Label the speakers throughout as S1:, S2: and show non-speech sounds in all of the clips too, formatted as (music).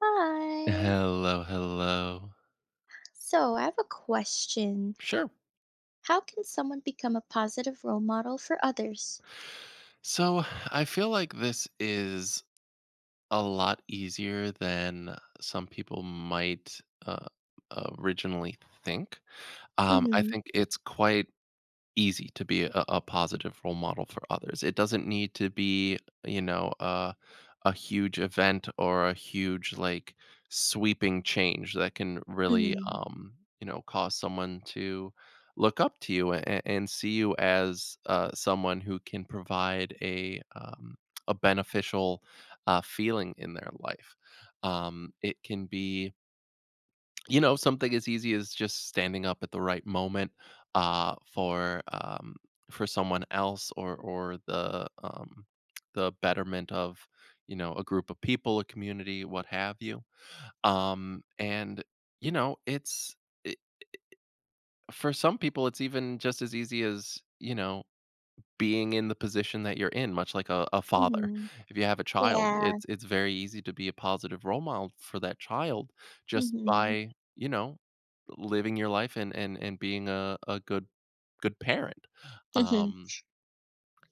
S1: Hi.
S2: Hello, hello.
S1: So I have a question.
S2: Sure.
S1: How can someone become a positive role model for others?
S2: So I feel like this is a lot easier than some people might uh, originally think. I
S1: Mm-hmm.
S2: think it's quite easy to be a positive role model for others. It doesn't need to be, you know, a a huge event or a huge like sweeping change that can really,
S1: Mm-hmm.
S2: cause someone to look up to you and see you as someone who can provide a beneficial feeling in their life. It can be something as easy as just standing up at the right moment, uh, for, um for someone else or the betterment of, a group of people, a community, what have you. Um, and, it's I for some people, it's even just as easy as, being in the position that you're in, much like a father.
S1: Mm-hmm.
S2: If you have a child,
S1: Yeah.
S2: it's very easy to be a positive role model for that child just
S1: Mm-hmm. (laughs)
S2: by, living your life and and being a good parent.
S1: Mm-hmm.
S2: Um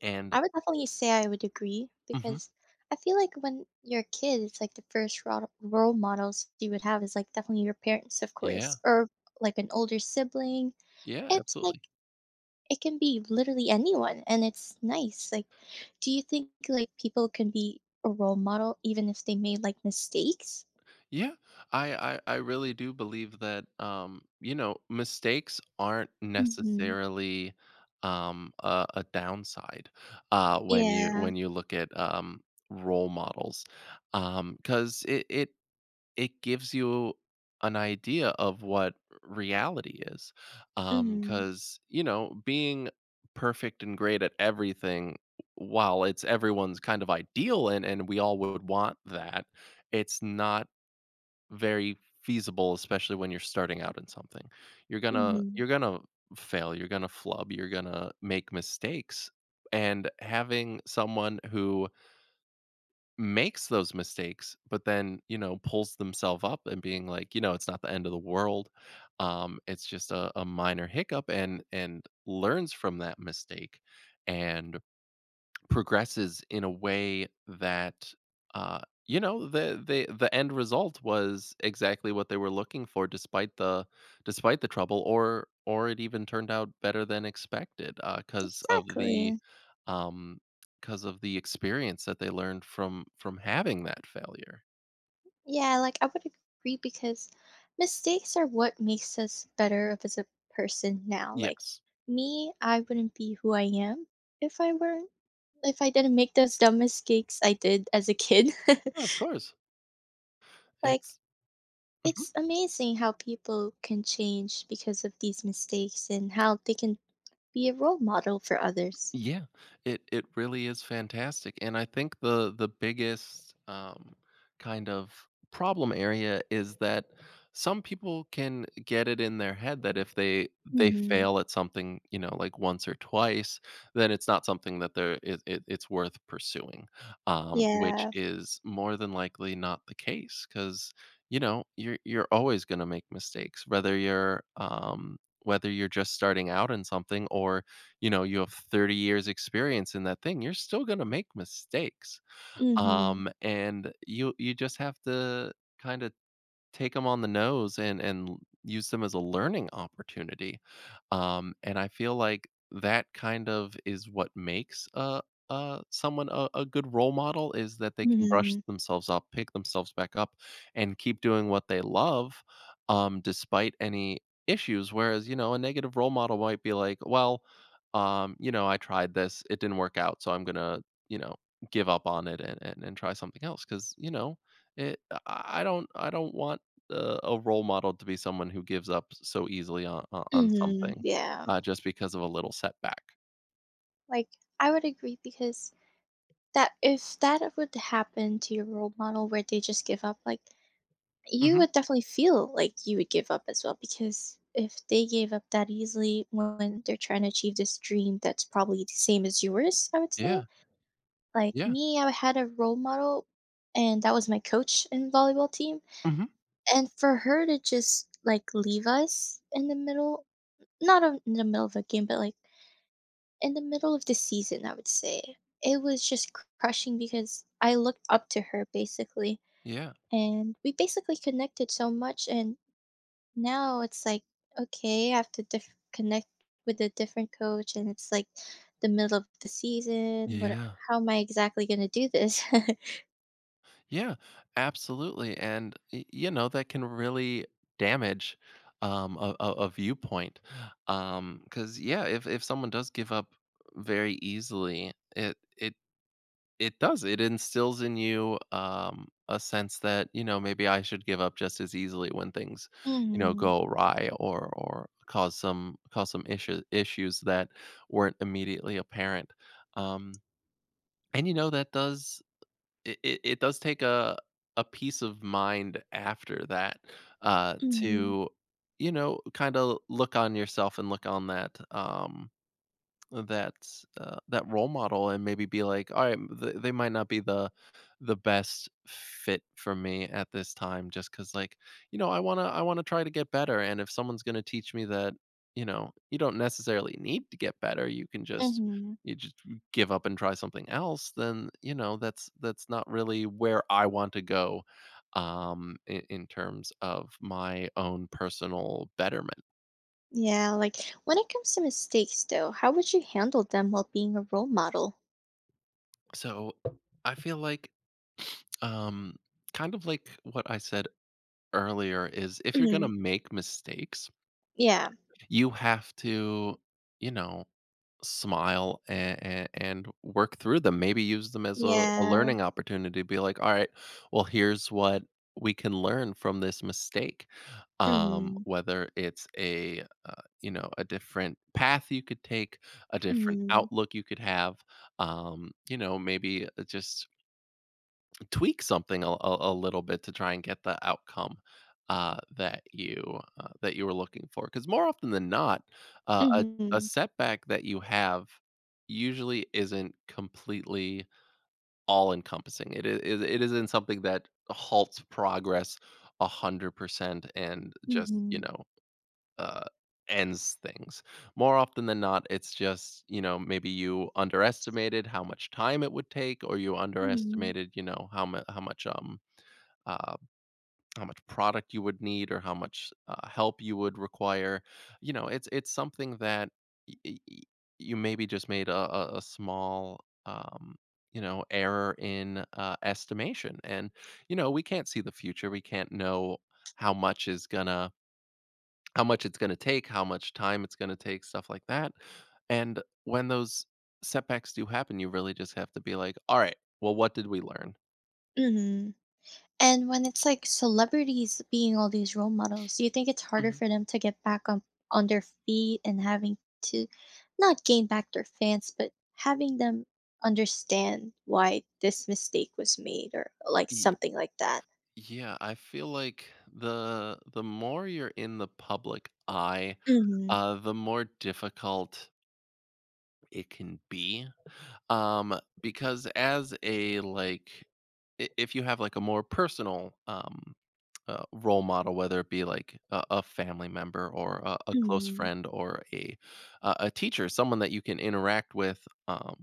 S2: and
S1: I would definitely say I would agree
S2: mhm.
S1: because I feel like when you're a kid, it's like the first role models you would have is like definitely your parents, of
S2: Yeah,
S1: course, or like an older sibling.
S2: yeah,
S1: It's like
S2: absolutely.
S1: it can be literally anyone and it's nice. Like, do you think like people can be a role model even if they made like mistakes?
S2: Yeah, I really do believe that mistakes aren't
S1: Mhm.
S2: necessarily a downside when you
S1: Yeah.
S2: when you look at role models because it gives you an idea of what reality is
S1: Mhm.
S2: because you know being perfect and great at everything while it's everyone's kind of ideal and we all would want that, it's not very feasible, especially when you're starting out in something. You're gonna
S1: Mhm.
S2: you're gonna fail, you're gonna flub, you're gonna make mistakes. And having someone who makes those mistakes, but then, you know, pulls themselves up and being like, you know, it's not the end of the world. It's just a minor hiccup and learns from that mistake and progresses in a way that uh you know the end result was exactly what they were looking for despite the trouble or it even turned out better than expected
S1: Exactly.
S2: um cuz of the experience that they learned from having that failure.
S1: Yeah, like I would agree because mistakes are what makes us better of as a person now. Like
S2: Yes,
S1: me, I wouldn't be who I am if I weren't if I didn't make those dumb mistakes I did as a kid. (laughs)
S2: of course.
S1: Like,
S2: It's
S1: it's
S2: (laughs)
S1: amazing how people can change because of these mistakes and how they can be a role model for others.
S2: yeah, it really is fantastic, and I think the biggest kind of problem area is that some people can get it in their head that if they
S1: Mhm.
S2: fail at something, you know, like once or twice, then it's not something that it's worth pursuing, which
S1: Yeah.
S2: is more than likely not the case because you're always going to make mistakes, whether you're just starting out in something or you know you have 30 years experience in that thing. You're still going to make mistakes,
S1: Mhm.
S2: and you just have to kind of take them on the nose and use them as a learning opportunity, and I feel like that kind of is what makes, someone a good role model is that they can brush
S1: Mhm.
S2: themselves up, pick themselves back up, and keep doing what they love, despite any issues, whereas, you know, a negative role model might be like, "Well, you know, I tried this, it didn't work out, so I'm gonna, you know, give up on it and and try something else because you know, it I don't want a role model to be someone who gives up so easily on on
S1: Mhm.
S2: something,
S1: Yeah.
S2: just because of a little setback."
S1: Like I would agree because that if that would happen to your role model where they just give up, like you
S2: Mhm.
S1: would definitely feel like you would give up as well because if they gave up that easily when they're trying to achieve this dream that's probably the same as yours, I would say
S2: Yeah,
S1: like
S2: yeah.
S1: me, I had a role model, and that was my coach in volleyball team.
S2: Mhm.
S1: And for her to just like leave us in the middle, not of- in the middle of a game, but like in the middle of the season, I would say it was just crushing because I looked up to her basically,
S2: Yeah.
S1: and we basically connected so much. And now it's like, okay, I have to connect with a different coach, and it's like the middle of the season. What?
S2: Yeah.
S1: How am I exactly gonna do this? (laughs)
S2: Yeah. Absolutely, and y you know, that can really damage, a a viewpoint, because yeah, if someone does give up very easily, It does, it instills in you, a sense that, you know, maybe I should give up just as easily when things, you know,
S1: Mhm.
S2: go awry or cause some issues, that weren't immediately apparent, um, and, you know, that does it does take a peace of mind after that,
S1: Mhm.
S2: to, you know, kinda look on yourself and look on that, that, that role model and maybe be like, "All right, th they might not be the best fit for me at this time. Just because, like, you know, I wanna try to get better, and if someone's gonna teach me that, you know, you don't necessarily need to get better, you can just
S1: Mhm.
S2: you just give up and try something else, then, you know, that's not really where I want to go, in terms of my own personal betterment."
S1: Yeah, like when it comes to mistakes though, how would you handle them while being a role model?
S2: So, I feel like Um, kind of like what I said earlier is if you're gonna
S1: Mhm.
S2: make mistakes,
S1: Yeah.
S2: you have to, you know, smile and work through them. Maybe use them as a
S1: Yeah.
S2: learning opportunity. Be like, all right, well, here's what we can learn from this mistake.
S1: Mhm.
S2: Whether it's you know, a different path you could take, a different
S1: Mhm.
S2: outlook you could have. You know, maybe just tweak something a little bit to try and get the outcome that you were looking for. Because more often than not, uh, a a
S1: Mhm.
S2: setback that you have usually isn't completely all encompassing. It isn't something that halts progress 100% and just you
S1: Mhm.
S2: know uh, ends things. More often than not, it's just you know maybe you underestimated how much time it would take, or you
S1: Mhm.
S2: underestimated you know uh, how much product you would need or how much help you would require. You know, it's something that y- y- y- you maybe just made a small um, you know error in estimation, and you know we can't see the future. We can't know how much is gonna how much it's gonna take, how much time it's gonna take, stuff like that. And when those setbacks do happen, you really just have to be like, all right, well, what did we learn?
S1: Mhm. And when it's like celebrities being all these role models, do you think it's harder for them to get back on their feet and having to not gain back their fans, but having them understand why this mistake was made or like
S2: Mhm.
S1: something like that?
S2: Yeah, I feel like the more you're in the public eye,
S1: Mhm.
S2: the more difficult it can be. Because as a like, if you have like a more personal role model, whether it be like a family member or a close
S1: Mhm,
S2: friend or a teacher, someone that you can interact with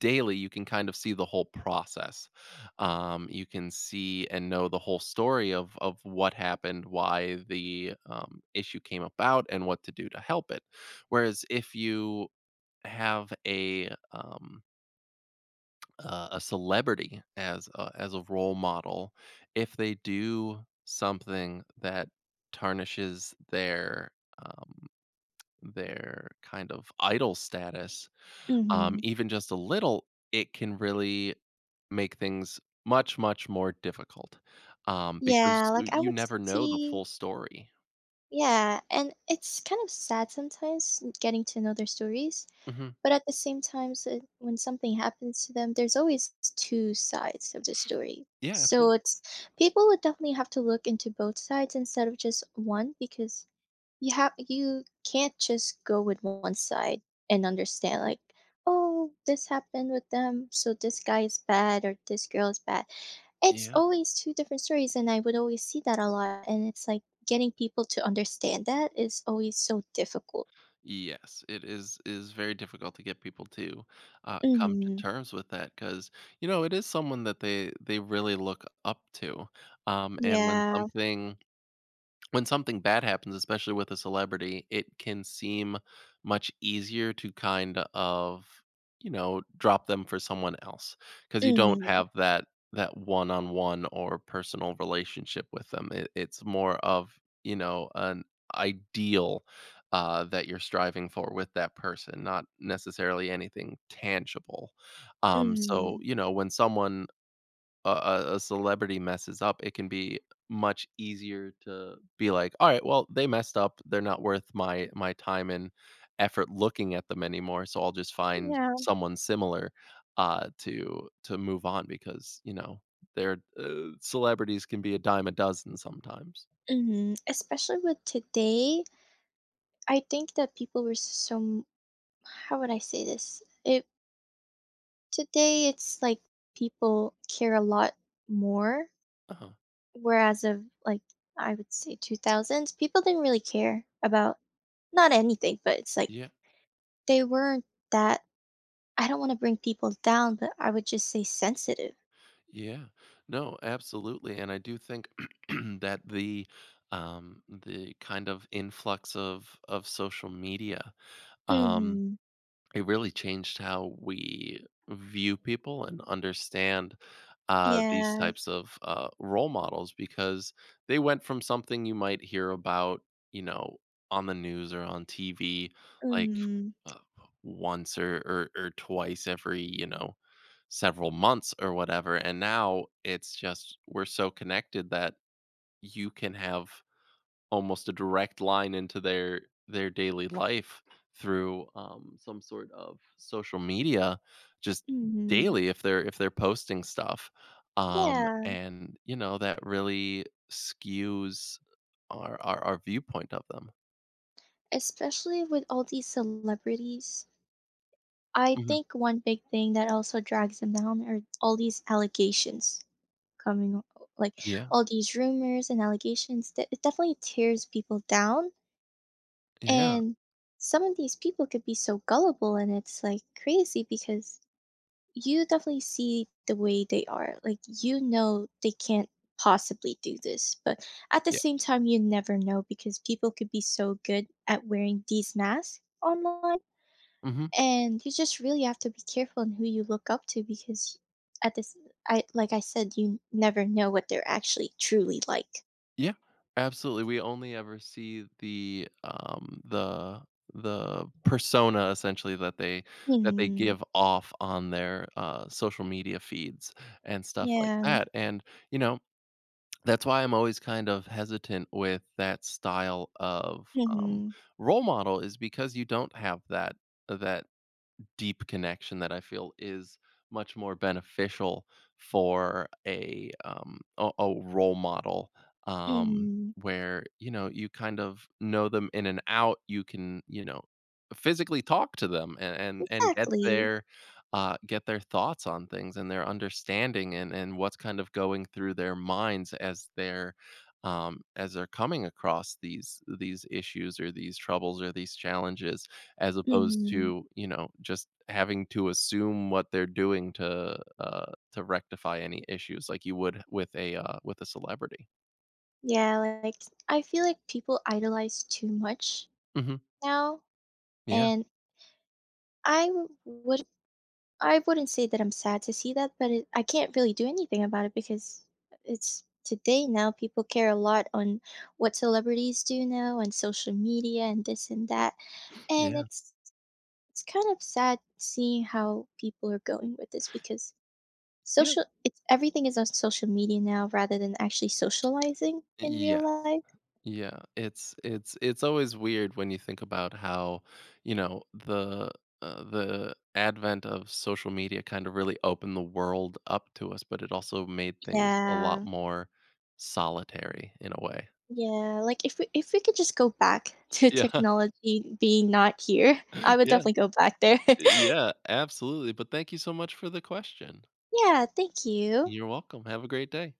S2: daily. You can kind of see the whole process. You can see and know the whole story of what happened, why the issue came about, and what to do to help it. Whereas if you have a celebrity as as a role model, if they do something that tarnishes um, their kind of idol status,
S1: mhm.
S2: even just a little, it can really make things much, much more difficult,
S1: Yeah,
S2: because
S1: like, I
S2: you
S1: would
S2: never know the
S1: see
S2: full story.
S1: yeah, and it's kind of sad sometimes getting to know their stories,
S2: Hmm.
S1: but at the same time, when something happens to them, there's always 2 sides of the story.
S2: Yeah,
S1: So
S2: absolutely.
S1: it's people would definitely have to look into both sides instead of just one because you have you can't just go with one side and understand like, "Oh, this happened with them, so this guy is bad or this girl is bad." It's
S2: Yeah.
S1: always 2 different stories, and I would always see that a lot, and it's like getting people to understand that is always so difficult.
S2: Yes, it is very difficult to get people to come to
S1: Mhm.
S2: terms with that because you know it is someone that they really look up to, and when
S1: Yeah.
S2: something bad happens, especially with a celebrity, it can seem much easier to kind of, you know, drop them for someone else because you don't
S1: Mhm.
S2: have that one-on-one or personal relationship with them. It's more of, you know, an ideal that you're striving for with that person, not necessarily anything tangible. So,
S1: Mhm.
S2: you know, when someone a celebrity messes up, it can be much easier to be like, "All right, well, they messed up. They're not worth my time and effort looking at them anymore, so I'll just find
S1: Yeah.
S2: someone similar, to move on," because, you know, their celebrities can be a dime a dozen sometimes.
S1: Mhm. Especially with today, I think that people were so how would I say this? It today it's like people care a lot more,
S2: Uh-huh.
S1: whereas of like I would say 2000s, people didn't really care about not anything, but it's like
S2: Yeah,
S1: they weren't that I don't want to bring people down, but I would just say sensitive.
S2: yeah. No, absolutely, and I do think (clears throat) that the kind of influx of social media, um
S1: Mhm.
S2: it really changed how we view people and understand these
S1: Yeah.
S2: types of role models because they went from something you might hear about, you know, on the news or on TV, like
S1: Mhm.
S2: uh, once or, twice every, you know, several months or whatever. And now it's just we're so connected that you can have almost a direct line into their daily life through some sort of social media just
S1: Mhm.
S2: daily if they're posting stuff,
S1: Yeah,
S2: and you know that really skews our viewpoint of them.
S1: especially with all these celebrities. I
S2: Mhm.
S1: think one big thing that also drags them down are all these allegations coming like
S2: Yeah,
S1: all these rumors and allegations that it definitely tears people down
S2: yeah,
S1: and some of these people could be so gullible and it's like crazy because you definitely see the way they are like they can't possibly do this but at the
S2: yeah.
S1: same time you never know because people could be so good at wearing these masks online
S2: Mhm.
S1: and you just really have to be careful in who you look up to because at this I like I said, you never know what they're actually truly like.
S2: Yeah, absolutely. We only ever see the, the persona essentially that they
S1: Mhm.
S2: give off on their, social media feeds and stuff like
S1: Yeah.
S2: that, and, you know, that's why I'm always kind of hesitant with that style of, um,
S1: Mhm.
S2: role model is because you don't have that that deep connection that I feel is much more beneficial for a a role model, um,
S1: Mhm.
S2: where you know you kind of know them in and out. You can you know physically talk to them and and
S1: Exactly.
S2: get their thoughts on things and their understanding and what's kind of going through their minds as they're coming across these issues or these troubles or these challenges as opposed
S1: Mhm.
S2: to, you know, just having to assume what they're doing to rectify any issues like you would with with a celebrity.
S1: Yeah, like I feel like people idolize too much
S2: Mhm.
S1: now,
S2: Yeah.
S1: and I w would I wouldn't say that I'm sad to see that, but it, I can't really do anything about it because it's today now. People care a lot on what celebrities do now and social media and this and that, and
S2: Yeah.
S1: it's kind of sad seeing how people are going with this because
S2: Yeah.
S1: social it's everything is on social media now rather than actually socializing in real
S2: Yes.
S1: life.
S2: Yeah. It's always weird when you think about how, you know, the advent of social media kind of really opened the world up to us, but it also made things a lot
S1: Yeah.
S2: more solitary in a way. (laughs)
S1: Yeah, like if we could just go back (laughs) to
S2: Yeah.
S1: technology being not here, I
S2: (laughs)
S1: would
S2: Yeah.
S1: definitely go back there. (laughs)
S2: Yeah, absolutely, but thank you so much for the question.
S1: Yeah, thank you.
S2: You're welcome, have a great day.